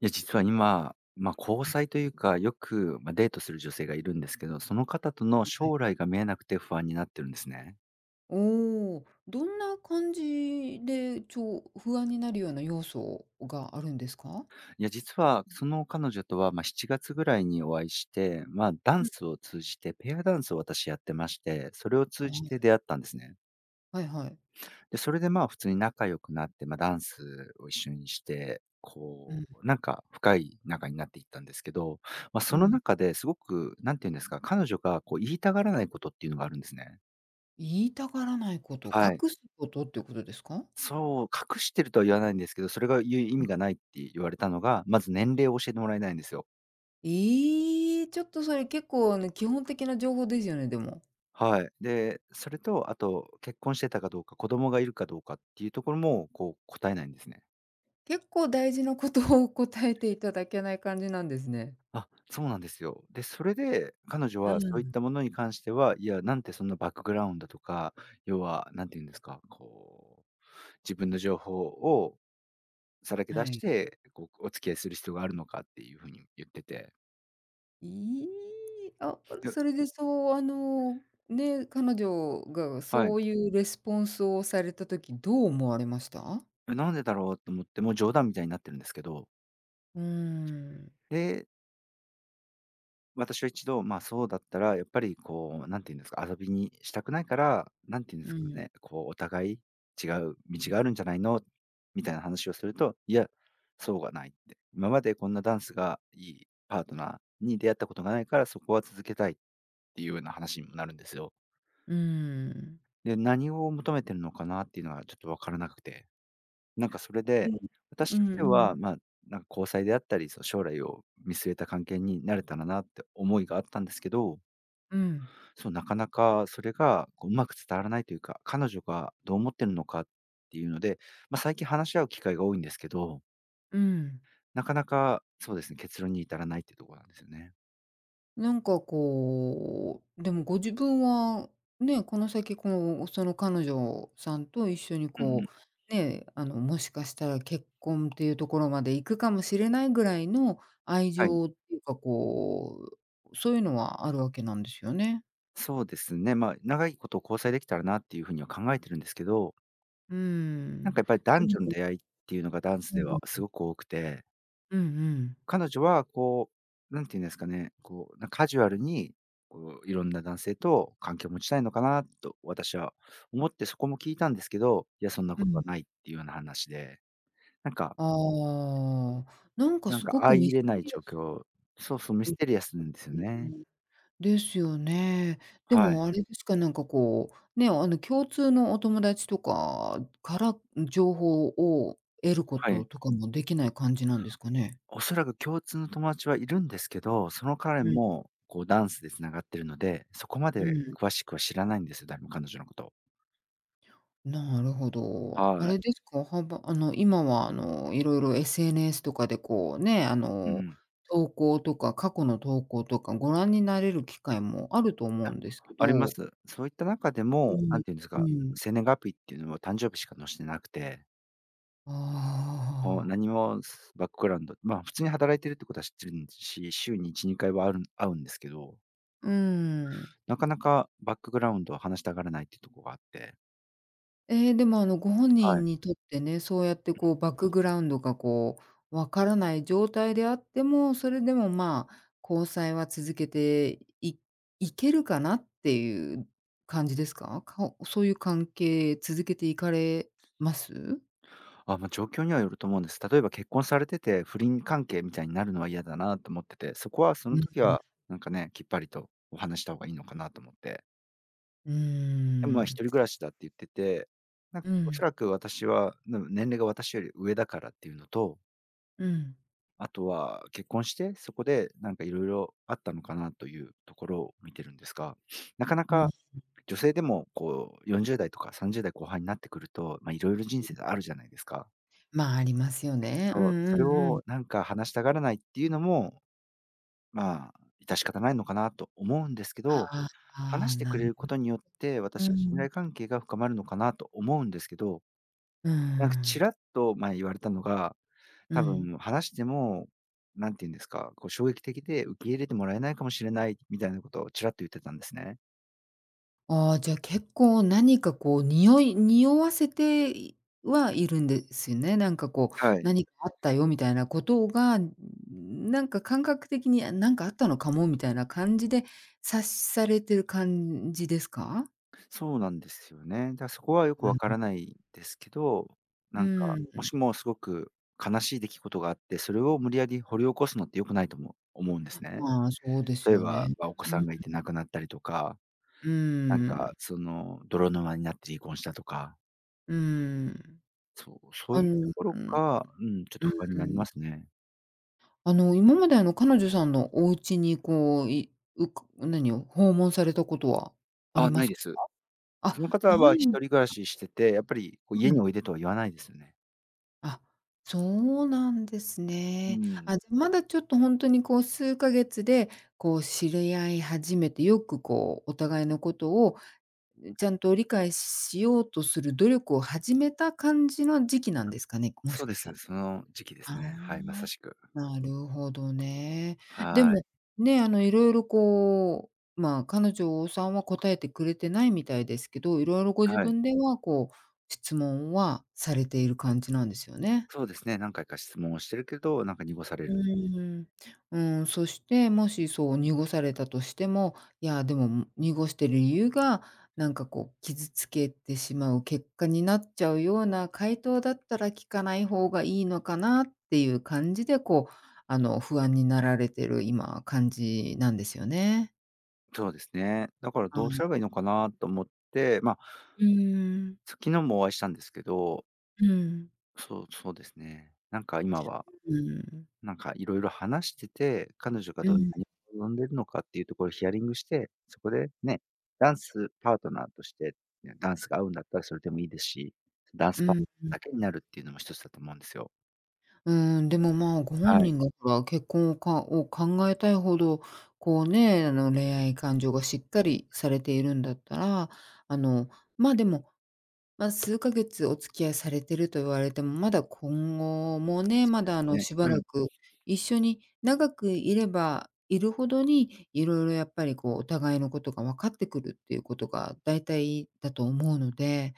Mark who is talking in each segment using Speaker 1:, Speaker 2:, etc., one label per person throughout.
Speaker 1: いや、実は今、交際というか、よく、デートする女性がいるんですけど、その方と
Speaker 2: は
Speaker 1: の
Speaker 2: い。
Speaker 1: 将来が見えなくて不安になってるんですね。
Speaker 2: おお、どんな感じで、不安になるような要素があるんですか？
Speaker 1: いや、実はその彼女とは、7月ぐらいにお会いして、ダ
Speaker 2: う
Speaker 1: ン
Speaker 2: ん。
Speaker 1: スを通じて、ペアダンスを私やってまして、それを通じて
Speaker 2: は
Speaker 1: 出会ったんですね。
Speaker 2: いはいはい。
Speaker 1: で、それで、普通に仲良くなって、ダンスを一緒にして、
Speaker 2: うん、
Speaker 1: なんか深い仲になっていったんですけど、
Speaker 2: う
Speaker 1: その
Speaker 2: ん。
Speaker 1: 中ですごく、なんていうんですか、彼女がこう言いたがらないことっていうのがあるんですね。
Speaker 2: 言いたがらないこと、
Speaker 1: はい。
Speaker 2: 隠すことっていうことですか？
Speaker 1: そう、隠してるとは言わないんですけど、それが言う意
Speaker 2: う
Speaker 1: 味
Speaker 2: ん。
Speaker 1: がないって言われたのが、まず年齢を教えてもらえないんですよ。
Speaker 2: ええ、ちょっとそれ結構基本的な情報ですよね、でも。
Speaker 1: はい。で、それと、あと、結婚してたかどうか、子供がいるかどうかっていうところも、答えないんですね。
Speaker 2: 結構大事なことを答えていただけない感じなんですね。
Speaker 1: あ、そうなんですよ。で、それで、彼女
Speaker 2: う
Speaker 1: はそういっ
Speaker 2: ん。
Speaker 1: たものに関しては、いや、なんてそんなバックグラウンドとか、要は、なんて言うんですか、自分の情報をさらけ出
Speaker 2: は
Speaker 1: し
Speaker 2: い。
Speaker 1: て、お付き合いする必要があるのかっていうふうに言ってて。
Speaker 2: いい、あ、
Speaker 1: いや
Speaker 2: それでそう、あの、ね、彼女が
Speaker 1: は
Speaker 2: そ
Speaker 1: い。
Speaker 2: ういうレスポンスをされた時、どう思われました？
Speaker 1: なんでだろうと思って、もう冗談みたいになってるんですけど、
Speaker 2: うーん、
Speaker 1: で、私は一度、そうだったらやっぱりこう、なんていうんですか、遊びにしたくないから、なんていうんで
Speaker 2: う
Speaker 1: すか
Speaker 2: ん、
Speaker 1: ね、こうお互い違う道があるんじゃないの、みたいな話をすると、いや、そうがないって。今までこんなダンスがいいパートナーに出会ったことがないから、そこは続けたいっていうような話にもなるんですよ。
Speaker 2: うん。
Speaker 1: で、何を求めてるのかなっていうのはちょっと分からなくて。なんかそれ
Speaker 2: う
Speaker 1: で、
Speaker 2: ん。う
Speaker 1: 私とし
Speaker 2: んう
Speaker 1: ては、
Speaker 2: ん
Speaker 1: なんか交際であったり、その将来を見据えた関係になれたらなって思いがあったんですけど、
Speaker 2: うん、うん、
Speaker 1: そう、なかなかそれがこううまく伝わらないというか、彼女がどう思ってるのかっていうので、最近話し合う機会が多いんですけど、
Speaker 2: うん。
Speaker 1: なかなかそうですね、結論に至らないっていうところなんですよね。
Speaker 2: なんかこう、でもご自分は、ね、この先、その彼女さんと一緒に
Speaker 1: うんう
Speaker 2: こ
Speaker 1: ん。
Speaker 2: う、ね、もしかしたら結婚っていうところまで行くかもしれないぐらいの愛
Speaker 1: はい。
Speaker 2: 情っていうか、こう、そういうのはあるわけなんですよね。
Speaker 1: そうですね、長いことを交際できたらなっていうふうには考えてるんですけど、
Speaker 2: うー
Speaker 1: なん
Speaker 2: ん。
Speaker 1: かやっぱり
Speaker 2: で
Speaker 1: 男女の
Speaker 2: も、
Speaker 1: 出会いっていうのがダンス
Speaker 2: う
Speaker 1: では
Speaker 2: ん。
Speaker 1: すごく多くて
Speaker 2: うんうん。
Speaker 1: 彼女はこう、なんていうんですかね、なカジュアルに、こういろんな男性と関係を持ちたいのかなと私は思ってそこも聞いたんですけど、いやそんな
Speaker 2: う
Speaker 1: こと
Speaker 2: ん。
Speaker 1: はないっていうような話で、なんか
Speaker 2: ああ、なんか
Speaker 1: なん
Speaker 2: す
Speaker 1: か
Speaker 2: ごく
Speaker 1: 相
Speaker 2: ミ
Speaker 1: 入
Speaker 2: ス
Speaker 1: れな
Speaker 2: テ
Speaker 1: い
Speaker 2: リア
Speaker 1: 状
Speaker 2: ス。
Speaker 1: 況、そうそう、ミ
Speaker 2: う
Speaker 1: ス
Speaker 2: ん
Speaker 1: テリアスなんですよ
Speaker 2: う
Speaker 1: ね。
Speaker 2: ん。ですよね。で
Speaker 1: はい。
Speaker 2: もあれですか、なんかこう、ね、あの共通のお友達とかから、情報を得るこ
Speaker 1: はい。
Speaker 2: ととかもできない感じなんですかね？
Speaker 1: おそらく共通の友達はいるんですけど、その彼
Speaker 2: うん、
Speaker 1: もこうダンスでつながってるので、そこま
Speaker 2: う
Speaker 1: で
Speaker 2: ん。
Speaker 1: 詳しくは知らないんですよ、誰も彼女のことを。
Speaker 2: なるほど。あ
Speaker 1: はい。
Speaker 2: れですか、はばあの今はいろいろ SNS とかでこうね、あ
Speaker 1: う
Speaker 2: の
Speaker 1: ん。
Speaker 2: 投稿とか過去の投稿とかご覧になれる機会もあると思うんですけ
Speaker 1: ありま
Speaker 2: ど。
Speaker 1: す。そういった中で
Speaker 2: う
Speaker 1: も、
Speaker 2: ん、
Speaker 1: 何ていうんです
Speaker 2: う
Speaker 1: か、
Speaker 2: ん。
Speaker 1: 生年月日っていうのは誕生日しか載せてなくて、もう
Speaker 2: ああ、
Speaker 1: 何もすバックグラウンドまあ、普通に働いてるってことは知ってるんし、週に1、2回はある会うんですけど、
Speaker 2: うーん。
Speaker 1: なかなかバックグラウンドを話したがらないっていうところがあって、
Speaker 2: ええ、でも、ご本
Speaker 1: は
Speaker 2: 人
Speaker 1: い。
Speaker 2: にとってね、そうやって、こう、バックグラウンドが、こう、わからない状態であっても、それでも、まあ、交際は続けていいけるかなっていう感じですか？そういう関係続けていかれます？
Speaker 1: あ、状況にはよると思うんです。例えば結婚されてて、不倫関係みたいになるのは嫌だなと思ってて、そこはそ
Speaker 2: う
Speaker 1: の時
Speaker 2: ん、
Speaker 1: は、なんかね、きっぱりとお話した方がいいのかなと思って。
Speaker 2: う
Speaker 1: でも、一人
Speaker 2: ん。
Speaker 1: 暮らしだって言ってて、なんか
Speaker 2: う
Speaker 1: おそ
Speaker 2: ん、
Speaker 1: らく私は、年齢が私より上だからっていうのと、
Speaker 2: うん、
Speaker 1: あとは結婚して、そこでなんかいろいろあったのかなというところを見てるんですが、なかな
Speaker 2: うん。
Speaker 1: か女性でもこう40代とか30代後半になってくると、いろいろ人生があるじゃないですか。
Speaker 2: まあ、ありますよね。う
Speaker 1: そう、
Speaker 2: んう
Speaker 1: それ
Speaker 2: んうん。
Speaker 1: をなんか話したがらないっていうのも、まあ、致し方ないのかなと思うんですけ
Speaker 2: あ
Speaker 1: ど、
Speaker 2: あ、あ
Speaker 1: 話
Speaker 2: あ、
Speaker 1: して
Speaker 2: な
Speaker 1: く
Speaker 2: る
Speaker 1: れる
Speaker 2: ほ
Speaker 1: こ
Speaker 2: ど。
Speaker 1: とによって、私
Speaker 2: う
Speaker 1: は信
Speaker 2: ん。
Speaker 1: 頼関係が深まるのかなと思うんですけど
Speaker 2: う
Speaker 1: なんかち
Speaker 2: ん。
Speaker 1: らっと前言われたのが、
Speaker 2: う
Speaker 1: 多
Speaker 2: ん。
Speaker 1: 分話しても、なんて言うんですか、こう衝撃的で受け入れてもらえないかもしれないみたいなことをちらっと言ってたんですね。
Speaker 2: ああ、じゃあ結構何かこう匂わせていはいるんですよね。なんかこう、
Speaker 1: はい。
Speaker 2: 何かあったよみたいなことが、なんか感覚的に、あ、なんかあったのかもみたいな感じで察されてる感じですか？
Speaker 1: そうなんですよね。だからそこはよく
Speaker 2: う
Speaker 1: わ
Speaker 2: ん。
Speaker 1: からないですけど、
Speaker 2: う
Speaker 1: なんか、も
Speaker 2: ん、
Speaker 1: しもすごく悲しい出来事があって、それを無理やり掘り起こすのって良くないとも思うんですね。
Speaker 2: まあ、そうです
Speaker 1: 例え
Speaker 2: よ
Speaker 1: ば、
Speaker 2: ね。
Speaker 1: お子さ
Speaker 2: うん、
Speaker 1: んがいて亡くなったりとか、
Speaker 2: う
Speaker 1: なん
Speaker 2: ん、
Speaker 1: かその泥沼になって離婚したとか、そう、そういうとこ
Speaker 2: う
Speaker 1: ろ
Speaker 2: ん、
Speaker 1: が、ちょっと不安に
Speaker 2: う
Speaker 1: なり
Speaker 2: ん。
Speaker 1: ますね。
Speaker 2: 今まであの彼女さんのお家にこう、いうか何を訪問されたことはあり
Speaker 1: あ、
Speaker 2: ま
Speaker 1: ない
Speaker 2: す
Speaker 1: で
Speaker 2: か？
Speaker 1: す。
Speaker 2: あ、
Speaker 1: その
Speaker 2: な
Speaker 1: 方は
Speaker 2: い
Speaker 1: 一
Speaker 2: ん、
Speaker 1: 人暮らししてて、やっぱりこう
Speaker 2: う
Speaker 1: 家に
Speaker 2: ん。
Speaker 1: おいでとは言わないですよね。
Speaker 2: あ、そうなんです
Speaker 1: う
Speaker 2: ね。あ、
Speaker 1: ん。
Speaker 2: じゃ、まだちょっとほんとにこう数ヶ月で、こう知り合い始めて、よくこうお互いのことを、ちゃんと理解しようとする努力を始めた感じの時期なんですかね？もし
Speaker 1: そう
Speaker 2: か
Speaker 1: で
Speaker 2: した
Speaker 1: す。
Speaker 2: ら。
Speaker 1: その時期で
Speaker 2: あ
Speaker 1: すね。はい、まさ
Speaker 2: あ、
Speaker 1: しく。
Speaker 2: なるほどね。で
Speaker 1: は
Speaker 2: も、
Speaker 1: い。
Speaker 2: ね、いろいろこう、まあ、彼女さんは答えてくれてないみたいですけど、いろいろご自
Speaker 1: はい。
Speaker 2: 分では、こう、質問はされている感じなんですよね？
Speaker 1: そうですね、何回か質問をしてるけど、なんか濁さ
Speaker 2: う
Speaker 1: れる。
Speaker 2: ーん。うーん、そして、もしそう濁されたとしても、いや、でも濁してる理由が、なんかこう傷つけてしまう結果になっちゃうような回答だったら聞かない方がいいのかなっていう感じで、こう、不安になられてる今感じなんですよね。
Speaker 1: そうですね。だからどうした
Speaker 2: あ、
Speaker 1: らいいのかなと思って、
Speaker 2: うーん。
Speaker 1: 昨日もお会いしたんですけど、
Speaker 2: うん。
Speaker 1: そう、そうですね。なんか今は
Speaker 2: うん。
Speaker 1: なんかいろいろ話してて、彼女が
Speaker 2: う
Speaker 1: どんな
Speaker 2: ん。
Speaker 1: に望んでるのかっていうところをヒアリングして、そこでね、ダンスパートナーとして、ね、ダンスが合うんだったらそれでもいいですし、ダンス
Speaker 2: う
Speaker 1: パート
Speaker 2: ん。
Speaker 1: ナーだけになるっていうのも一つだと思うんですよ。
Speaker 2: うーん、でも、まあ、ご本
Speaker 1: はい、
Speaker 2: 人がほら、結婚をかを考えたいほど、こうね、恋愛感情がしっかりされているんだったら、あの、ま、でもまあ、数ヶ月お付き合いされてると言われても、まだ今後もね、
Speaker 1: そう
Speaker 2: ま
Speaker 1: で
Speaker 2: だ
Speaker 1: すね。
Speaker 2: しば
Speaker 1: う
Speaker 2: ら
Speaker 1: ん、
Speaker 2: く一緒に長くいればいるほどに、いろいろやっぱりこう、お互いのことが分かってくるっていうことが大体だと思うので、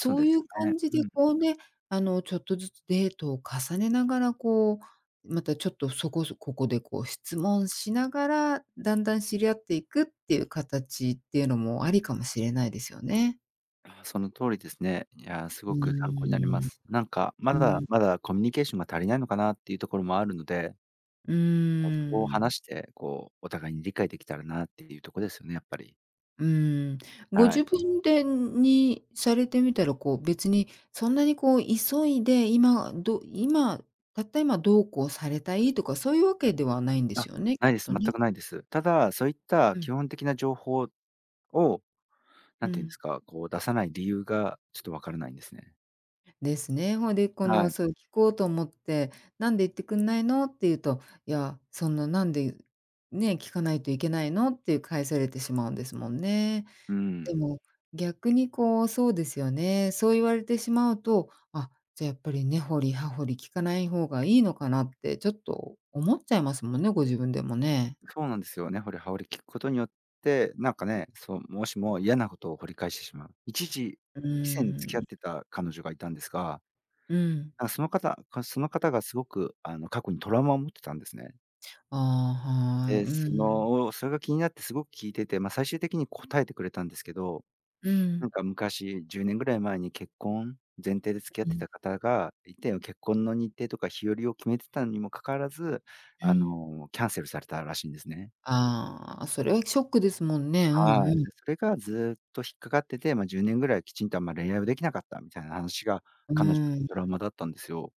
Speaker 1: そう
Speaker 2: う
Speaker 1: で
Speaker 2: い
Speaker 1: す
Speaker 2: う
Speaker 1: ね。
Speaker 2: 感じで
Speaker 1: うん。
Speaker 2: こうね、ちょっとずつデートを重ねながらこう、またちょっとそこそここでこう質問しながら、だんだん知り合っていくっていう形っていうのもありかもしれないですよね。
Speaker 1: あ、その通りですね。いや、す
Speaker 2: うー
Speaker 1: ごく参考になりま
Speaker 2: ん。
Speaker 1: す。なんか、ま
Speaker 2: う
Speaker 1: だ
Speaker 2: ん、
Speaker 1: まだコミュニケーションが足りないのかなっていうところもあるので、
Speaker 2: うー
Speaker 1: そこを
Speaker 2: ん、
Speaker 1: 話して、お互いに理解できたらなっていうところですよね、やっぱり。
Speaker 2: うーん。ご
Speaker 1: は
Speaker 2: 自
Speaker 1: い。
Speaker 2: 分でにされてみたら、こう、別にそんなにこう急いで、今、たった今どうこうされたいとか、そういうわけではないんです
Speaker 1: あ、
Speaker 2: よね、き
Speaker 1: ない
Speaker 2: っ
Speaker 1: です。
Speaker 2: と
Speaker 1: 全
Speaker 2: ね。
Speaker 1: くないです。ただ、そういった
Speaker 2: うん、
Speaker 1: 基本的な情報を、な
Speaker 2: う
Speaker 1: んていうんで
Speaker 2: ん。
Speaker 1: すか、こう出さない理由がちょっとわからないんですね。
Speaker 2: ですね。ほいで、こ
Speaker 1: は
Speaker 2: の、
Speaker 1: い。
Speaker 2: そう聞こうと思って、「なんで言ってくんないの？」って言うと、「いや、そんななんで、ね、聞かないといけないの？」って返されてしまうんですもんね。
Speaker 1: う
Speaker 2: で
Speaker 1: ん。
Speaker 2: も、逆にこう、そうですよね。そう言われてしまうと、あ、じゃあやっぱり根掘り葉掘り聞かない方がいいのかなって、ちょっと思っちゃいますもんね、ご自分でもね。
Speaker 1: そうなんですよ。ね掘り葉掘り聞くことによって、なんかね、そう、もしも嫌なことを掘り返してしまう。一時、
Speaker 2: う
Speaker 1: 以前付き
Speaker 2: ー
Speaker 1: 合っ
Speaker 2: ん、
Speaker 1: てた彼女がいたんですが、
Speaker 2: うん。
Speaker 1: なんかその方がすごく、過去にトラウマを持ってたんですね。
Speaker 2: ああ、はい。
Speaker 1: で、
Speaker 2: うん。
Speaker 1: それが気になってすごく聞いてて、最終的に答えてくれたんですけど
Speaker 2: う
Speaker 1: なん
Speaker 2: ん。
Speaker 1: か昔、10年ぐらい前に結婚前提で付き合っ
Speaker 2: う
Speaker 1: て
Speaker 2: ん、
Speaker 1: た方がいて、結婚の日程とか日和を決めてたにもかかわらず、
Speaker 2: うん。
Speaker 1: キャンセルされたらしいんですね。
Speaker 2: ああ、それはショックですもんね。うんう
Speaker 1: はい。
Speaker 2: ん。
Speaker 1: それがずっと引っかかってて、10年ぐらいきちんとあんま恋愛をできなかったみたいな話が、
Speaker 2: う
Speaker 1: 彼女の
Speaker 2: ん。
Speaker 1: ドラマだったんですよ。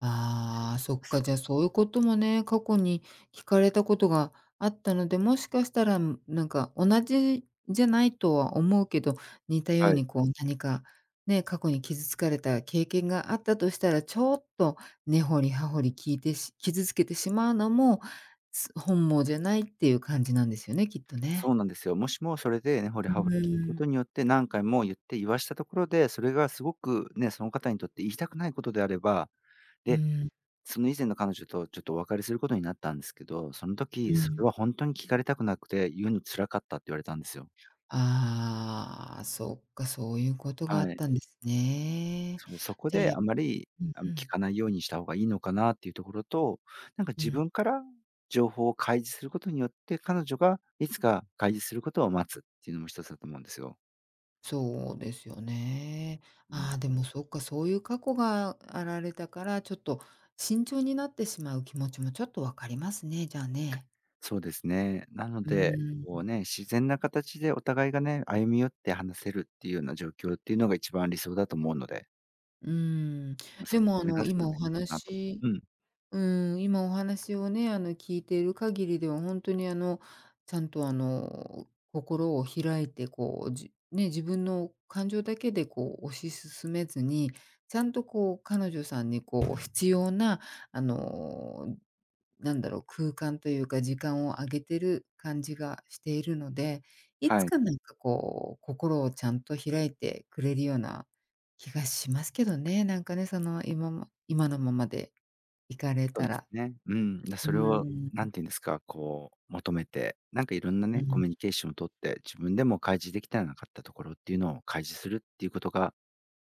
Speaker 2: ああ、そっか、じゃあ、
Speaker 1: そ
Speaker 2: そういうこともね、過去に聞かれたことがあったので、もしかしたら、なんか同じじゃないとは思うけど、似たよう
Speaker 1: はい。
Speaker 2: にこう何かね、過去に傷つかれた経験があったとしたら、ちょっと根掘り葉掘り聞いて傷つけてしまうのも、本望じゃないっていう感じなんですよね、きっとね。
Speaker 1: そうなんですよ。もしもそれでね掘り
Speaker 2: う
Speaker 1: 葉掘り聞くこ
Speaker 2: ーん。
Speaker 1: とによって、何回も言って言わしたところで、それがすごくね、その方にとって言いたくないことであれば、
Speaker 2: う
Speaker 1: で
Speaker 2: ん。
Speaker 1: その以前の彼女とちょっとお別れすることになったんですけど、その
Speaker 2: う
Speaker 1: 時、そ
Speaker 2: ん。
Speaker 1: れは本当に聞かれたくなくて、言うの辛かったって言われたんですよ。
Speaker 2: ああ、そっか、そういうことがあ
Speaker 1: は
Speaker 2: っ
Speaker 1: い。
Speaker 2: たんですね。
Speaker 1: そう、そこ
Speaker 2: じゃ
Speaker 1: で
Speaker 2: あ、
Speaker 1: あまり、
Speaker 2: うんう
Speaker 1: 聞
Speaker 2: ん、
Speaker 1: かないようにした方がいいのかなっていうところと、なんか
Speaker 2: う
Speaker 1: 自
Speaker 2: ん、
Speaker 1: 分から情報を開示することによって、彼女がいつか開示することを待つっていうのも一つだと思うんですよ。
Speaker 2: そうですよね。
Speaker 1: う
Speaker 2: ああ、
Speaker 1: ん。
Speaker 2: でもそっか、そういう過去があられたから、ちょっと慎重になってしまう気持ちもちょっとわかりますね、じゃあね。
Speaker 1: そうですね。なの
Speaker 2: う
Speaker 1: で、
Speaker 2: ー
Speaker 1: こう
Speaker 2: ん、
Speaker 1: ね、自然な形でお互いがね、歩み寄って話せるっていうような状況っていうのが一番理想だと思うので。
Speaker 2: うーん。で
Speaker 1: そ
Speaker 2: も
Speaker 1: こを目指す
Speaker 2: 今
Speaker 1: の
Speaker 2: お
Speaker 1: がいいのかなと。
Speaker 2: 話、
Speaker 1: うん、
Speaker 2: うん、今お話をね、聞いている限りでは、本当に、ちゃんと、心を開いて、こう、自分の感情だけで、こう、推し進めずに、ちゃんと、こう、彼女さんに、こう、必要な、あの、なんだろう、空間というか時間をあげてる感じがしているので、いつ
Speaker 1: はい。
Speaker 2: か、なんか、こう、心をちゃんと開いてくれるような気がしますけどね、なんかね、その、今のままで。行かれ
Speaker 1: そ
Speaker 2: た
Speaker 1: うです
Speaker 2: ら。
Speaker 1: ね。うん、
Speaker 2: う
Speaker 1: それを
Speaker 2: ー
Speaker 1: な
Speaker 2: ん、
Speaker 1: んていうんですか、こう求めて、なんかいろんな
Speaker 2: う
Speaker 1: ね、コ
Speaker 2: ん、
Speaker 1: ミュニケーションを取って、自分でも開示できてなかったところっていうのを開示するっていうことが、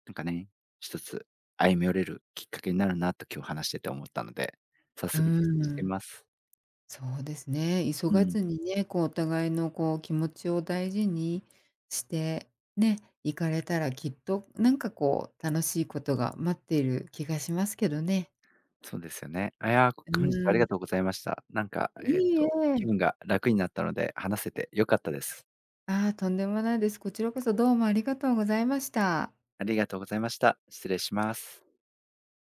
Speaker 1: なんかね、一つ歩み寄れるきっかけになるなと今日話してて思ったので、早
Speaker 2: うー
Speaker 1: 速実践してみ
Speaker 2: ん、
Speaker 1: ます。
Speaker 2: そうですね。急
Speaker 1: う
Speaker 2: が
Speaker 1: ん、
Speaker 2: ずにね、こうお互いのこう気持ちを大事にして、ね、行かれたらきっとなんかこう楽しいことが待っている気がしますけどね。
Speaker 1: そうですよね。あ、いや、
Speaker 2: う
Speaker 1: 本日はあ
Speaker 2: ー
Speaker 1: り
Speaker 2: ん、
Speaker 1: がとうございました。なんか、
Speaker 2: いいえ。
Speaker 1: 気分が楽になったので、話せて良かったです。
Speaker 2: ああ、とんでもないです。こちらこそどうもありがとうございました。
Speaker 1: ありがとうございました。失礼します。